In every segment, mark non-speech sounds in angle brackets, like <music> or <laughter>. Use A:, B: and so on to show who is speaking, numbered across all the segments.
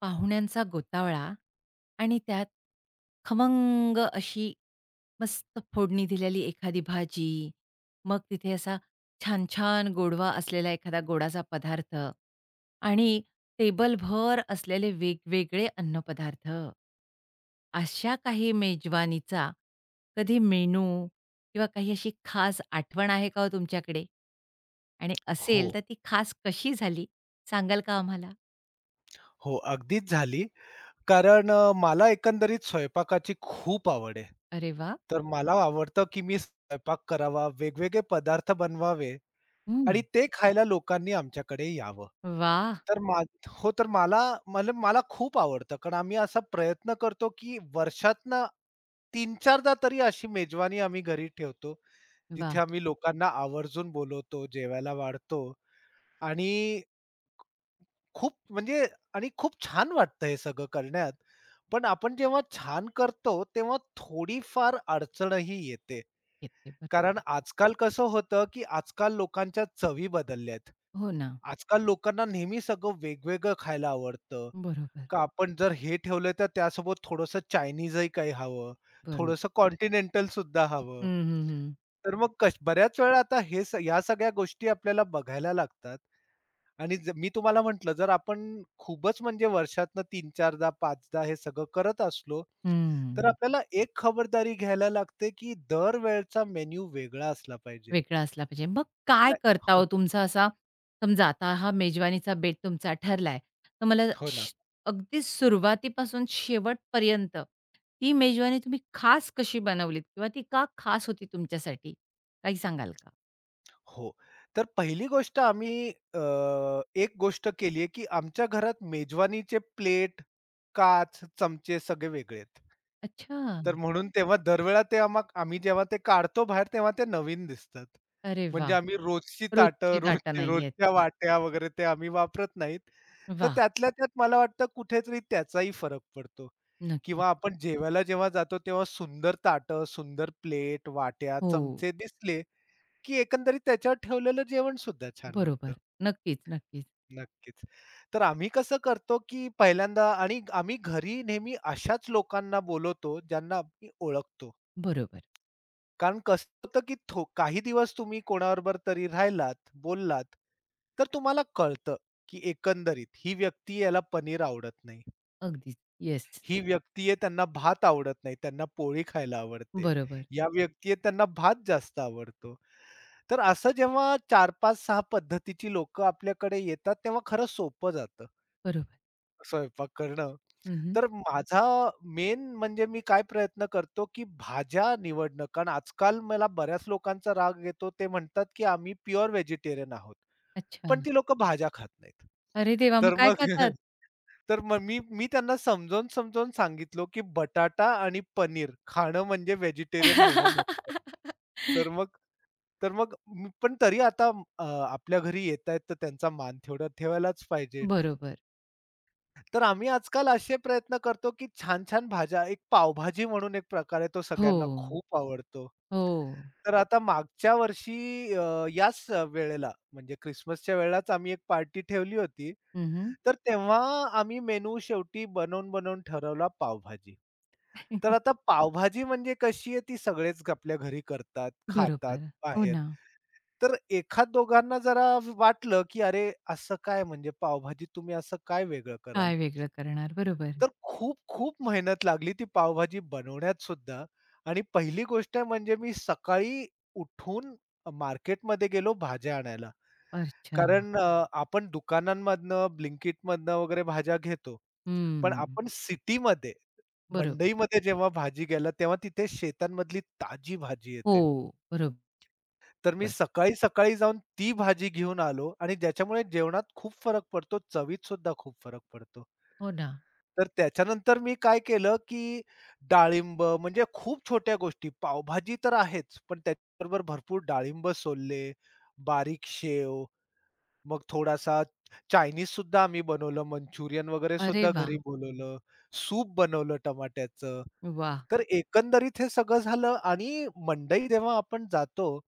A: पाहुण्यांचा गोतावळा आणि त्यात खमंग अशी मस्त फोडणी दिलेली एखादी भाजी, मग तिथे असा छान-छान गोडवा असलेला एखादा गोडाचा पदार्थ आणि टेबलभर असलेले वेगवेगळे अन्नपदार्थ. अशा काही मेजवानीचा कधी मेनू किंवा काही अशी खास आठवण आहे का हो तुमच्याकडे? आणि असेल
B: हो,
A: तर ती खास कशी झाली सांगाल का आम्हाला?
B: हो. अगदीच झाली. कारण मला एकंदरीत स्वयंपाकाची खूप आवड आहे.
A: अरे वाह!
B: तर मला आवडतं, की मी स्वयंपाक करावा, वेगवेगळे पदार्थ बनवावे आणि
A: हं.
B: ते खायला लोकांनी आमच्याकडे यावं.
A: वाह!
B: तर मा हो, तर मला मला मला खूप आवडतं. कारण आम्ही असा प्रयत्न करतो, की वर्षातनं 3-4दा तरी अशी मेजवानी आम्ही घरी ठेवतो. जिथे
A: वाह!
B: आम्ही लोकांना आवर्जून बोलवतो, जेवायला वाढतो आणि खूप म्हणजे आणि खूप छान वाटतं हे सगळं करण्यात. पण आपण जेव्हा छान करतो, तेव्हा थोडीफार अडचणही येते.
A: घेते. बरोबर
B: कारण
A: आहे.
B: आजकाल कसं होतं, की आजकाल लोकांच्या चवी बदलल्या.
A: हो ना.
B: आजकाल लोकांना नेहमी सगळं वेगवेगळं खायला आवडतं.
A: बरोबर,
B: का आपण जर हे ठेवलं तर त्यासोबत थोडंसं चायनीजही काही हवं,
A: बरोबर.
B: थोडंसं कॉन्टिनेंटल सुद्धा
A: हं,
B: हवं.
A: हं, हं.
B: तर मग बऱ्याच वेळा आता हे स ह्या सगळ्या गोष्टी आपल्याला बघायला लागतात. आणि मी तुम्हाला म्हटलं जर आपण खूपच म्हणजे वर्षातनं 3-4दा 5दा हे सगळं करत असलो, तर
A: हं.
B: आपल्याला एक खबरदारी घ्यायला लागते, की दरवेळचा मेनू वेगळा असला पाहिजे.
A: वेगळा असला पाहिजे. मग काय
B: नाही.
A: करता
B: हो,
A: हो तुमचा असा समजा आता हा मेजवानीचा बेट तुमचा ठरलाय. तर मला
B: हो ना.
A: श अगदी सुरुवातीपासून शेवटपर्यंत ती मेजवानी तुम्ही खास कशी बनवलीत किंवा ती का खास होती तुमच्यासाठी? काही सांगाल का?
B: हो. तर पहिली गोष्ट आम्ही एक गोष्ट केली आहे, की आमच्या घरात मेजवानीचे प्लेट, काच, चमचे सगळे वेगळे आहेत.
A: अच्छा.
B: तर म्हणून तेव्हा दरवेळा ते आम्ही जेव्हा ते काढतो बाहेर तेव्हा ते नवीन दिसतात.
A: अरे
B: म्हणजे
A: वाह!
B: आम्ही रोजची ताटं,
A: रोजची ताटं
B: रोजचे
A: नाहीयेत.
B: रोजच्या वाट्या वगैरे ते आम्ही वापरत नाहीत. तर
A: वाह!
B: त्यातल्या त्यात मला वाटतं कुठेतरी त्याचाही फरक पडतो
A: नक्कीच.
B: किंवा आपण जेवायला जेव्हा जातो तेव्हा सुंदर ताटं, सुंदर प्लेट, वाट्या,
A: हो.
B: चमचे दिसले, की एकंदरीत त्याच्यावर ठेवलेलं जेवण सुद्धा छान
A: बरोबर.
B: वाटतं.
A: नक्कीच, नक्कीच.
B: नक्कीच. तर आम्ही कसं करतो, की पहिल्यांदा आणि आम्ही घरी नेहमी अशाच लोकांना बोलवतो ज्यांना आम्ही ओळखतो.
A: बरोबर.
B: कारण कसं होतं, की काही दिवस तुम्ही कोणाबरोबर तरी राहिलात, बोललात, तर तुम्हाला कळतं, की एकंदरीत ही व्यक्ती याला पनीर आवडत नाही.
A: अगदीच. येस.
B: ही व्यक्ती आहे त्यांना भात आवडत नाही, त्यांना पोळी खायला आवडते.
A: बरोबर,
B: या व्यक्ती आहे त्यांना भात जास्त आवडतो. तर असं जेव्हा 4-5-6 पद्धतीची लोक आपल्याकडे येतात, तेव्हा खरंच सोपं जातं
A: बरोबर.
B: स्वयंपाक करणं.
A: हं,
B: तर माझा म्हणजे मी काय प्रयत्न करतो, की भाज्या निवडणं. कारण आजकाल मला बऱ्याच लोकांचा राग येतो. ते म्हणतात, की आम्ही प्युअर व्हेजिटेरियन आहोत.
A: अच्छा.
B: पण ती लोकं भाज्या खात नाहीत.
A: अरे देवा! मग
B: तर
A: काय
B: मग
A: खातात?
B: <laughs> तर मग मी मी त्यांना समजावून, समजावून सांगितलो, की बटाटा आणि पनीर खाणं म्हणजे व्हेजिटेरियन होणं नसतं.
A: <laughs>
B: तर मग पण तरी आता आपल्या घरी येतायत तर त्यांचा मान तेवढा ठेवायलाच पाहिजे.
A: बरोबर.
B: तर आम्ही आजकाल असे प्रयत्न करतो, की छान-छान भाज्या एक पावभाजी म्हणून एक प्रकार आहे तो
A: हो,
B: सगळ्यांना खूप आवडतो.
A: हो.
B: तर आता मागच्या वर्षी याच वेळेला म्हणजे ख्रिसमसच्या वेळेलाच आम्ही एक पार्टी ठेवली होती.
A: हं, हं.
B: तर तेव्हा आम्ही मेनू शेवटी बनवून-बनवून ठरवला पावभाजी. तर
A: <laughs>
B: आता पावभाजी म्हणजे कशी आहे ती सगळेच आपल्या घरी करतात, खातात
A: बरोबर. हो
B: बाहेर.
A: ना.
B: तर एखाद दोघांना जरा वाटलं, की "अरे असं काय म्हणजे पावभाजी तुम्ही असं काय वेगळं कराल?"
A: काय वेगळं करणार? बरोबर.
B: तर खूप-खूप मेहनत लागली ती पावभाजी बनवण्यात सुद्धा आणि पहिली गोष्ट म्हणजे मी सकाळी उठून मार्केटमध्ये गेलो भाज्या आणायला.
A: अच्छा.
B: कारण आपण दुकानांमधनं, Blinkitमधनं वगैरे भाज्या घेतो. पण
A: हं.
B: आपण सिटीमध्ये,
A: बरोबर.
B: मंडईमध्ये जेव्हा भाजी घ्यायला तेव्हा तिथे शेतांमधली ताजी भाजी
A: हो,
B: येते.
A: बरोबर.
B: तर मी सकाळी-सकाळी जाऊन ती भाजी घेऊन आलो आणि ज्याच्यामुळे जेवणात खूप फरक पडतो, चवीत सुद्धा खूप फरक पडतो.
A: हो ना.
B: तर त्याच्यानंतर मी काय केलं, की डाळिंब म्हणजे खूप छोट्या गोष्टी पावभाजी तर आहेच, पण त्याच्याबरोबर भरपूर डाळिंब सोलले, बारीक शेव, मग थोडासा चायनीज सुद्धा आम्ही बनवलं, मंचुरियन वगैरे
A: अरे
B: सुद्धा घरी
A: वाह!
B: बोलवलं, सूप बनवलं टमाट्याचं.
A: वाह!
B: तर एकंदरीत हे सगळं झालं आणि मंडई जेव्हा आपण जातो,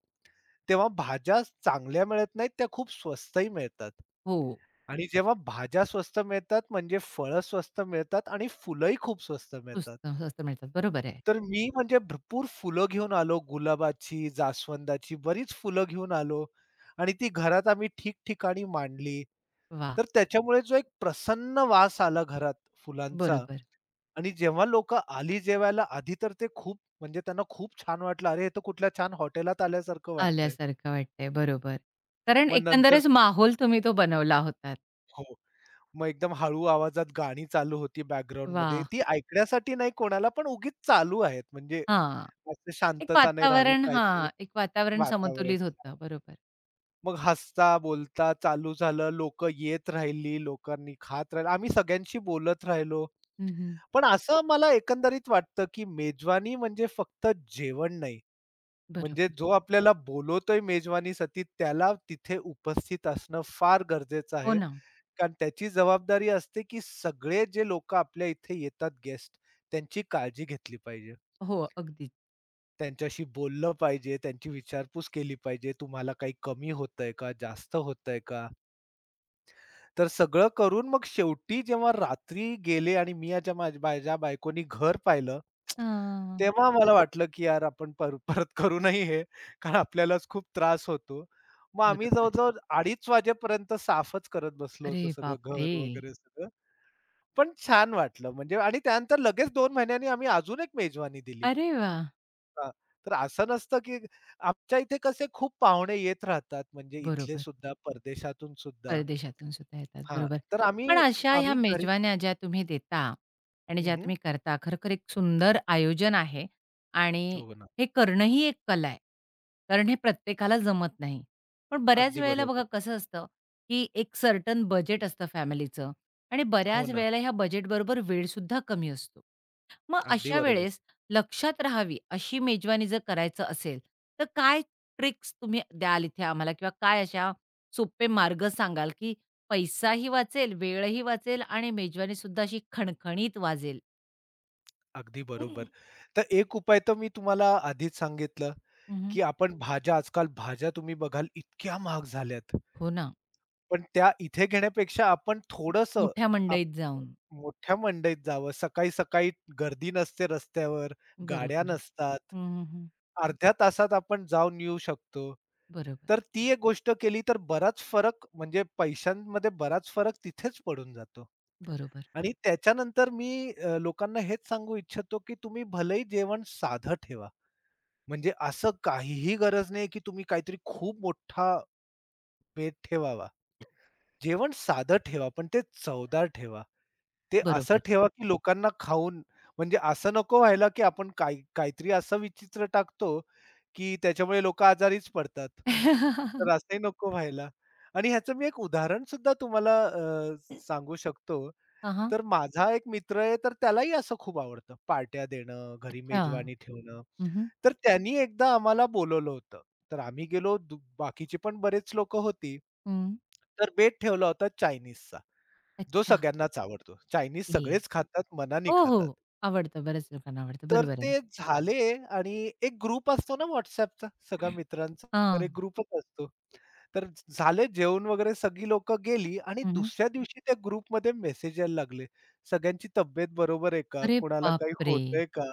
B: तेव्हा भाज्या चांगल्या मिळत नाहीत, त्या खूप स्वस्तही मिळतात.
A: हो.
B: आणि जेव्हा भाज्या स्वस्त मिळतात म्हणजे फळं स्वस्त मिळतात आणि फुलंही खूप स्वस्त
A: सुस्त
B: मिळतात.
A: स्वस्त मिळतात. बरोबर आहे.
B: तर मी म्हणजे भरपूर फुलं घेऊन आलो, गुलाबाची, जास्वंदाची बरीच फुलं घेऊन आलो आणि ती घरात आम्ही ठिकठिकाणी मांडली.
A: वाह!
B: तर त्याच्यामुळे जो एक प्रसन्न वास आला घरात फुलांचा
A: बरोबर.
B: आणि जेव्हा लोकं आली जेवायला, आधी तर ते खूप म्हणजे त्यांना खूप छान वाटलं. अरे, हे तर कुठल्या छान हॉटेलात आल्यासारखं वाटतंय.
A: आल्यासारखं वाटतंय. बरोबर. कारण
B: मग नंतर
A: एकंदरच माहोल तुम्ही तो बनवला होतात.
B: हो. मग एकदम हळू आवाजात गाणी चालू होती बॅकग्राऊंडमध्ये.
A: वाह!
B: ती ऐकण्यासाठी नाही कोणाला, पण उगीच चालू आहेत. म्हणजे
A: हां,
B: असं
A: एक
B: शांतता नाही राहावी,
A: वातावरण
B: काहीतरी वातावरण
A: समतोलित
B: छान.
A: होतं. बरोबर.
B: मग हसता, बोलता चालू झालं. लोकं येत राहिली, लोकांनी खात राहिलं. आम्ही सगळ्यांशी बोलत राहिलो.
A: हं,
B: पण असं मला एकंदरीत वाटतं, की मेजवानी म्हणजे फक्त जेवण नाही. म्हणजे
A: बरोबर.
B: जो आपल्याला बोलवतोय मेजवानी सती त्याला तिथे उपस्थित असणं फार गरजेचं
A: हो
B: आहे.
A: ना.
B: कारण त्याची जबाबदारी असते, की सगळे जे लोकं आपल्या इथे येतात गेस्ट, त्यांची काळजी घेतली पाहिजे.
A: हो, अगदीच.
B: त्यांच्याशी बोललं पाहिजे, त्यांची विचारपूस केली पाहिजे. तुम्हाला काही कमी होतंय का? जास्त होतंय का? तर सगळं करून मग शेवटी जेव्हा रात्री गेले आणि मी याच्या माझ्या माझ्या बायकोनी घर पाहिलं
A: हां.
B: तेव्हा मला वाटलं, की यार आपण परत करू नाही हे, कारण आपल्यालाच खूप त्रास होतो. मग आम्ही
A: बरोबर.
B: जवळ-जवळ 2:30 वाजेपर्यंत साफच करत बसलो
A: अरे
B: होतो सगळं
A: बापरे!
B: घर वगैरे सगळं. पण छान वाटलं म्हणजे आणि त्यानंतर लगेच 2 महिन्यांनी आम्ही अजून एक मेजवानी दिली.
A: अरे वाह!
B: हां, तर असं नसतं, की आमच्या इथे कसे खूप पाहुणे येत राहतात म्हणजे इथले
A: बरोबर.
B: सुद्धा, परदेशातून सुद्धा.
A: परदेशातून सुद्धा येतात,
B: हां,
A: बरोबर.
B: तर आम्ही
A: पण अशा ह्या
B: आम्ही घरी.
A: मेजवान्या ज्या तुम्ही देता आणि ज्या
B: हं,
A: तुम्ही करता, खरोखर एक सुंदर आयोजन आहे आणि
B: हो ना.
A: हे करणंही एक कला आहे. कारण हे प्रत्येकाला जमत नाही. पण बऱ्याच
B: अगदी
A: वेळेला
B: बरोबर.
A: बघा कसं असतं, की एक सर्टन बजेट असतं फॅमिलीचं आणि
B: हो
A: बऱ्याच
B: ना.
A: वेळेला ह्या बजेटबरोबर वेळसुद्धा कमी असतो. मग
B: अगदी
A: अशा
B: बरोबर.
A: वेळेस लक्षात राहावी अशी मेजवानी जर करायचं असेल, तर काय ट्रिक्स तुम्ही द्याल इथे आम्हाला किंवा काय अशा सोपे मार्ग सांगाल, की पैसाही वाचेल, वेळही वाचेल आणि मेजवानीसुद्धा अशी खणखणीत वाजेल?
B: अगदी बरोबर. तर एक उपाय तर मी तुम्हाला आधीच सांगितलं,
A: हं,
B: की आपण भाज्या आजकाल भाज्या तुम्ही बघाल इतक्या महाग झाल्यात.
A: हो ना.
B: पण त्या इथे घेण्यापेक्षा आपण थोडंसं
A: मोठ्या
B: आप
A: मंडईत जाऊन.
B: मोठ्या मंडईत जावं. सकाळी-सकाळी गर्दी नसते रस्त्यावर, गाड्या
A: बरोबर.
B: नसतात.
A: हं, हं,
B: अर्ध्या तासात आपण जाऊन येऊ शकतो.
A: बरोबर,
B: तर ती एक गोष्ट केली तर बराच फरक म्हणजे पैशांमध्ये बराच फरक तिथेच पडून जातो.
A: बरोबर,
B: आणि त्याच्यानंतर मी लोकांना हेच सांगू इच्छितो, की तुम्ही भलेही जेवण साधं ठेवा. म्हणजे असं काहीही गरज नाही, की तुम्ही काहीतरी खूप मोठा बेत ठेवावा. जेवण साधं ठेवा, पण ते चवदार ठेवा. ते असं
A: बरोबर.
B: ठेवा, की लोकांना खाऊन म्हणजे असं नको व्हायला, की आपण काही काहीतरी असं विचित्र टाकतो, की त्याच्यामुळे लोकं आजारीच पडतात.
A: <laughs>
B: तर असंही नको व्हायला. आणि ह्याचं मी एक उदाहरण सुद्धा तुम्हाला सांगू शकतो.
A: हां,
B: तर माझा एक मित्र आहे, तर त्यालाही असं खूप आवडतं पार्ट्या देणं, घरी
A: अच्छा.
B: मेजवानी ठेवणं.
A: हं, हं.
B: तर त्यांनी एकदा आम्हाला बोलवलं होतं. तर आम्ही गेलो बाकीची पण बरेच लोक होती. तर बेत ठेवला होता चायनीजचा, जो
A: अच्छा.
B: सगळ्यांनाच आवडतो. चायनीज
A: ए
B: सगळेच खातात, मनाने
A: हो, हो.
B: खातात.
A: आवडतं. बऱ्याच लोकांना आवडतं.
B: तर
A: बरोबर
B: ते
A: आहे.
B: झाले आणि एक ग्रुप असतो ना WhatsAppचा सगळ्या मित्रांचा, तर एक
A: हां.
B: ग्रुपच असतो. तर झाले जेवण वगैरे सगळी लोकं गेली आणि
A: हं.
B: दुसऱ्या दिवशी त्या ग्रुपमध्ये मेसेज यायला लागले. सगळ्यांची तब्येत बरोबर आहे का?
A: अरे
B: कुणाला काही
A: बापरे!
B: होतंय का?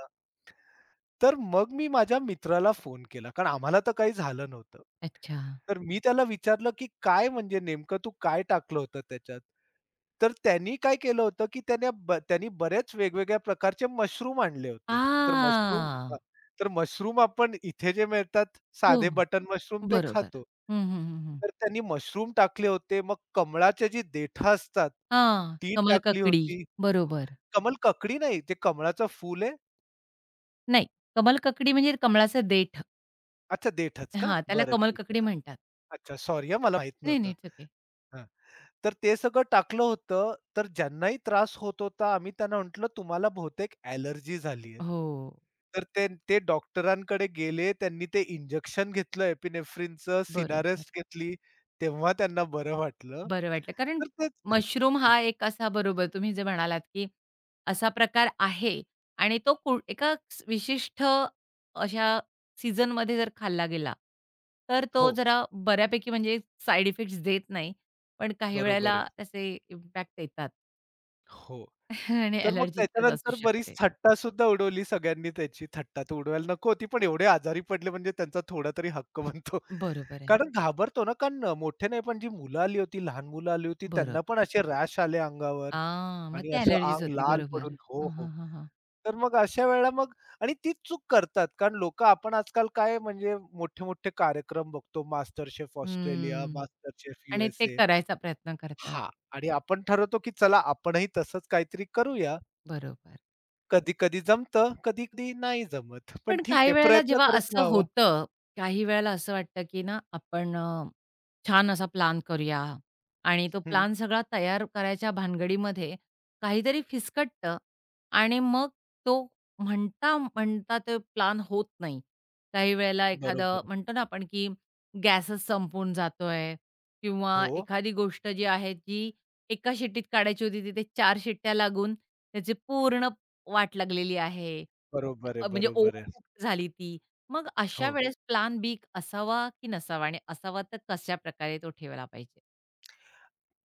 B: तर मग मी माझ्या मित्राला फोन केला, कारण आम्हाला तर काही झालं नव्हतं.
A: अच्छा.
B: तर मी त्याला विचारलं, की "काय म्हणजे नेमकं तू काय टाकलं होतं त्याच्यात?" तर त्यांनी काय केलं होतं, की त्याने त्यांनी बरेच वेगवेगळ्या प्रकारचे मशरूम आणले होते. तर मशरूम अ,
A: आ!
B: तर मशरूम आपण इथे जे मिळतात
A: हो,
B: साधे बटन मशरूम ते
A: बरोबर.
B: खातो.
A: हं, हं, हं, हं.
B: तर त्यांनी मशरूम टाकले होते. मग कमळाच्या जी देठं असतात,
A: हां,
B: ती टाकली
A: कमलककडी.
B: होती.
A: बरोबर.
B: कमळ काकडी नाही, ते कमळाचं फूल आहे.
A: नाही, कमलककडी म्हणजे कमळाचं देठ.
B: अच्छा देठच का?
A: हां, त्याला
B: बरं, ठीक
A: कमलककडी
B: आहे.
A: म्हणतात.
B: अच्छा, सॉरी हां, मला माहीत
A: नाही,
B: नव्हतं.
A: नाही. It's okay.
B: हां. तर ते सगळं टाकलं होतं, तर ज्यांनाही त्रास होत होता आम्ही त्यांना म्हटलं, "तुम्हाला बहुतेक एलर्जी झाली आहे."
A: हो,
B: तर ते ते डॉक्टरांकडे गेले. त्यांनी ते इंजेक्शन घेतलं एपिनेफ्रिनचं,
A: बरोबर.
B: सिनारेस्ट घेतली. तेव्हा त्यांना बरं वाटलं.
A: बरं वाटलं. कारण
B: तर तेच
A: मशरूम हा एक असा बरोबर तुम्ही जे म्हणालात, की असा प्रकार आहे आणि तो एका विशिष्ट अशा सीझनमध्ये जर खाल्ला गेला, तर
B: हो,
A: तो जरा बऱ्यापैकी म्हणजे साइड इफेक्ट्स देत नाही. पण काही
B: बरोबर आहे.
A: वेळेला त्याचे इम्पॅक्ट येतात
B: हो.
A: <laughs> आणि
B: तर मग
A: अलर्जी तर असू
B: त्याच्यानंतर बरीच
A: शकते.
B: थट्टा सुद्धा उडवली सगळ्यांनी त्याची. थट्टा तर उडवायला नको होती, पण एवढे आजारी पडले म्हणजे त्यांचा थोडा तरी हक्क <laughs> बनतो.
A: बरोबर आहे.
B: कारण घाबरतो ना, कारण मोठे नाही पण जी मुलं आली होती, लहान मुलं आली होती, त्यांना
A: बरोबर.
B: पण असे रॅश आले अंगावर
A: आ, मग
B: आणि
A: ती
B: असं
A: एलर्जीच
B: अंग
A: होती.
B: लाल
A: बरोबर.
B: पडून. हो,
A: हां,
B: हो.
A: हां, हां, हां.
B: तर मग अशा वेळेला मग आणि तीच चूक करतात. कारण लोकं आपण आजकाल काय म्हणजे मोठे-मोठे कार्यक्रम बघतो मास्टर शेफ ऑस्ट्रेलिया,
A: हम्म.
B: मास्टर शेफ यू
A: आणि
B: एस
A: ते करायचा प्रयत्न करतात.
B: आणि आपण ठरवतो, की चला आपणही तसंच काहीतरी करूया.
A: बरोबर.
B: कधी-कधी जमतं, कधी-कधी नाही जमत. पण
A: पण
B: ठीक
A: काही
B: आहे,
A: वेळेला
B: प्रयत्न
A: जेव्हा
B: करत
A: असं
B: राहावा.
A: होतं, काही वेळेला असं वाटतं, की ना आपण छान असा प्लॅन करूया आणि तो
B: हं.
A: प्लॅन सगळा तयार करायच्या भानगडीमध्ये काहीतरी फिसकटतं आणि मग तो म्हणता तो प्लॅन होत नाही. काही वेळेला
B: बरोबर
A: एखादं
B: आहे.
A: म्हणतो ना आपण, की गॅसच संपून जातोय किंवा
B: हो,
A: एखादी गोष्ट जी आहे, जी एका शिट्टीत काढायची होती, तिथे 4 शिट्ट्या लागून त्याची पूर्ण वाट लागलेली आहे.
B: बरोबर आहे,
A: म्हणजे
B: बरोबर आहे.
A: ओव्हरकुक झाली ती. मग अशा
B: हो.
A: वेळेस प्लान बी असावा की नसावा? आणि असावा तर कशाप्रकारे तो ठेवला पाहिजे?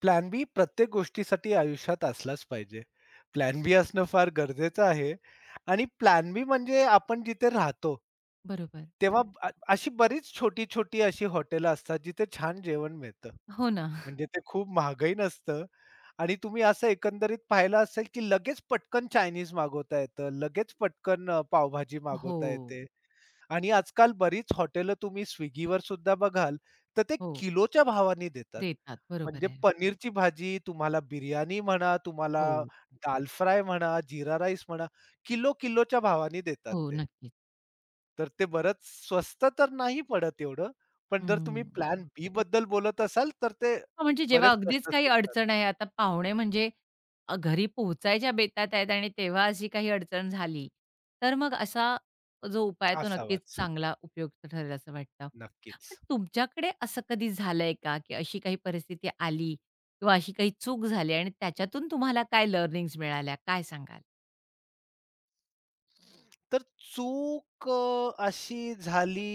B: प्लॅन बी प्रत्येक गोष्टीसाठी आयुष्यात असलाच पाहिजे. प्लॅन बी असणं फार गरजेचं आहे आणि प्लॅन बी म्हणजे आपण जिथे राहतो,
A: बरोबर.
B: तेव्हा अशी बरीच छोटी-छोटी अशी हॉटेलं असतात, जिथे छान जेवण मिळतं.
A: हो ना.
B: म्हणजे
A: <laughs>
B: ते खूप महागही नसतं आणि तुम्ही असं एकंदरीत पाहिलं असेल, की लगेच पटकन चायनीज मागवता येतं, लगेच पटकन पावभाजी
A: हो,
B: मागवता येते आणि आजकाल बरीच हॉटेलं तुम्ही Swiggyवर सुद्धा बघाल, तर ते
A: हो.
B: किलोच्या भावाने देतात.
A: देतात. बरोबर
B: म्हणजे
A: आहे.
B: पनीरची भाजी, तुम्हाला बिर्याणी म्हणा, तुम्हाला
A: हो,
B: दाल फ्राय म्हणा, जीरा राईस म्हणा, किलो-किलोच्या भावाने देतात
A: हो.
B: ते.
A: नक्कीच.
B: तर ते बरंच स्वस्त तर नाही पडत एवढं, पण जर तुम्ही
A: हं.
B: प्लॅन बी बद्दल बोलत असाल, तर ते
A: हां, म्हणजे जेव्हा
B: बरेच
A: अगदीच
B: प्रश्न
A: काही
B: सुटतात.
A: अडचण आहे. आता पाहुणे म्हणजे घरी पोहोचायच्या बेतात आहेत आणि तेव्हा अशी काही अडचण झाली, तर मग असा जो उपाय आहे, तो नक्कीच
B: असावाच.
A: चांगला उपयुक्त ठरेल असं वाटतं.
B: नक्कीच.
A: पण तुमच्याकडे असं कधी झालंय का, की अशी काही परिस्थिती आली किंवा अशी काही चूक झाली आणि त्याच्यातून तुम्हाला काय लर्निंग्स मिळाल्या? काय सांगाल?
B: तर चूक अशी झाली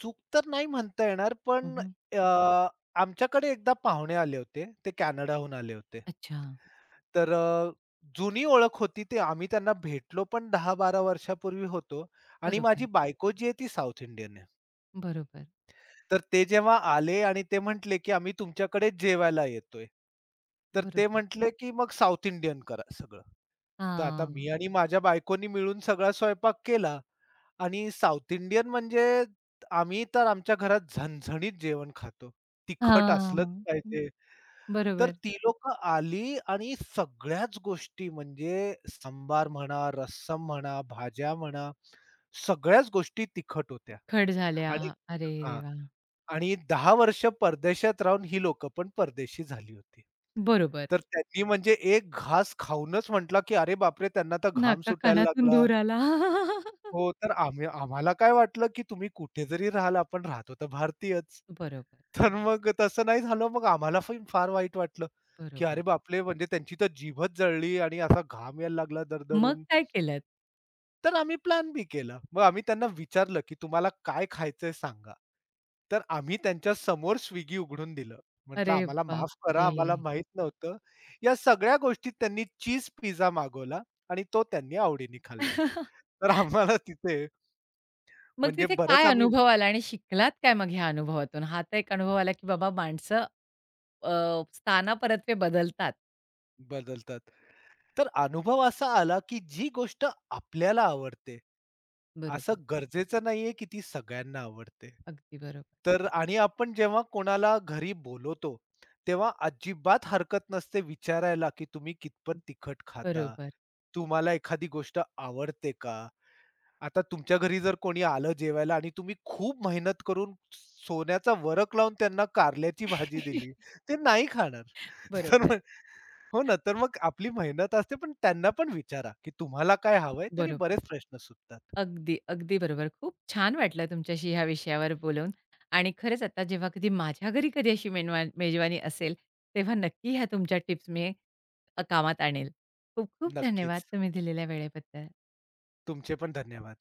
B: चूक तर नाही म्हणता येणार,
A: हं,
B: पण
A: हं.
B: अ, आमच्याकडे एकदा पाहुणे आले होते. ते कॅनडाहून आले होते.
A: अच्छा.
B: तर जुनी ओळख होती ते आम्ही त्यांना भेटलो पण 10-12 वर्षापूर्वी होतो आणि माझी
A: बरोबर,
B: बायको जी आहे ती साउथ इंडियन आहे.
A: बरोबर,
B: तर ते जेव्हा आले आणि ते म्हटले, की "आम्ही तुमच्याकडे जेवायला येतोय." तर ते
A: बरोबर.
B: म्हटले, की "मग साउथ इंडियन करा सगळं." तर आता
A: हां,
B: मी आणि माझ्या बायकोनी मिळून सगळा स्वयंपाक केला आणि साउथ इंडियन म्हणजे आम्ही तर आमच्या घरात झणझणीत जेवण खातो. तिखट असलंच
A: हां.
B: पाहिजे. तर
A: बरोबर.
B: ती लोकं आली आणि सगळ्याच गोष्टी म्हणजे सांबार म्हणा, रस्सम म्हणा, भाज्या म्हणा, सगळ्याच गोष्टी तिखट होत्या
A: खड झाल्या.
B: आणि
A: अरे
B: हां.
A: देवा!
B: आणि 10 वर्ष परदेशात राहून ही लोकं पण परदेशी झाली होती.
A: बरोबर.
B: तर त्यांनी म्हणजे एक घास खाऊनच म्हटलं, की "अरे बापरे! त्यांना तर घाम
A: नाका
B: सुटायला
A: कानातून
B: लागला."
A: धूर आला. <laughs>
B: हो, तर आम्ही आम्हाला काय वाटलं, की तुम्ही कुठे जरी राहाल, आपण राहतो तर भारतीयच.
A: बरोबर,
B: तर मग तसं नाही झालं. मग आम्हाला पण फार वाईट वाटलं, की अरे
A: बरोबर.
B: बापले म्हणजे त्यांची तर जीभच जळली आणि असा घाम यायला लागला
A: मग
B: दरदरून.
A: काय केलत?
B: तर आम्ही प्लॅन बी केला. मग आम्ही त्यांना विचारलं, की "तुम्हाला काय खायचंय सांगा." तर आम्ही त्यांच्या समोर Swiggy उघडून दिलं. म्हटलं,
A: अरे
B: "आम्हाला माफ करा,
A: बापरे!
B: आम्हाला माहीत नव्हतं." या सगळ्या गोष्टीत त्यांनी चीज पिझ्झा मागवला आणि तो त्यांनी आवडीने खाल्ला.
A: <laughs>
B: तर आम्हाला तिथे
A: मग
B: म्हणजे
A: तिथे
B: बरंच
A: काय
B: आम्ही
A: अनुभव आला आणि शिकलात काय मग ह्या अनुभवातून? हा तर एक अनुभव आला, की बाबा माणसं अ, स्थानापरत्वे बदलतात.
B: बदलतात. तर अनुभव असा आला, की जी गोष्ट आपल्याला आवडते, असं
A: बरोबर.
B: गरजेचं नाहीये, की ती सगळ्यांना आवडते.
A: अगदी बरोबर.
B: तर आणि आपण जेव्हा कोणाला घरी बोलवतो, तेव्हा अजिबात हरकत नसते विचारायला, की तुम्ही कितपत तिखट खाता?
A: बरोबर.
B: तुम्हाला एखादी गोष्ट आवडते का? आता तुमच्या घरी जर कोणी आलं जेवायला आणि तुम्ही खूप मेहनत करून सोन्याचा वरक लावून त्यांना कारल्याची भाजी दिली,
A: <laughs>
B: ते नाही खाणार. <laughs> तर
A: बरोबर,
B: मग हो ना, तर मग आपली मेहनत असते, पण त्यांना पण विचारा, की तुम्हाला काय हवंय? त्यांनी
A: बरोबर.
B: बरेच प्रश्न सुटतात.
A: अगदी, अगदी बरोबर. खूप छान वाटलं तुमच्याशी ह्या विषयावर बोलून आणि खरंच आता जेव्हा कधी माझ्या घरी कधी अशी मेजवानी असेल, तेव्हा नक्की ह्या तुमच्या टिप्स मी कामात आणेल. खूप खूप धन्यवाद
B: नक्कीच.
A: तुम्ही दिलेल्या वेळेबद्दल.
B: तुमचे पण धन्यवाद.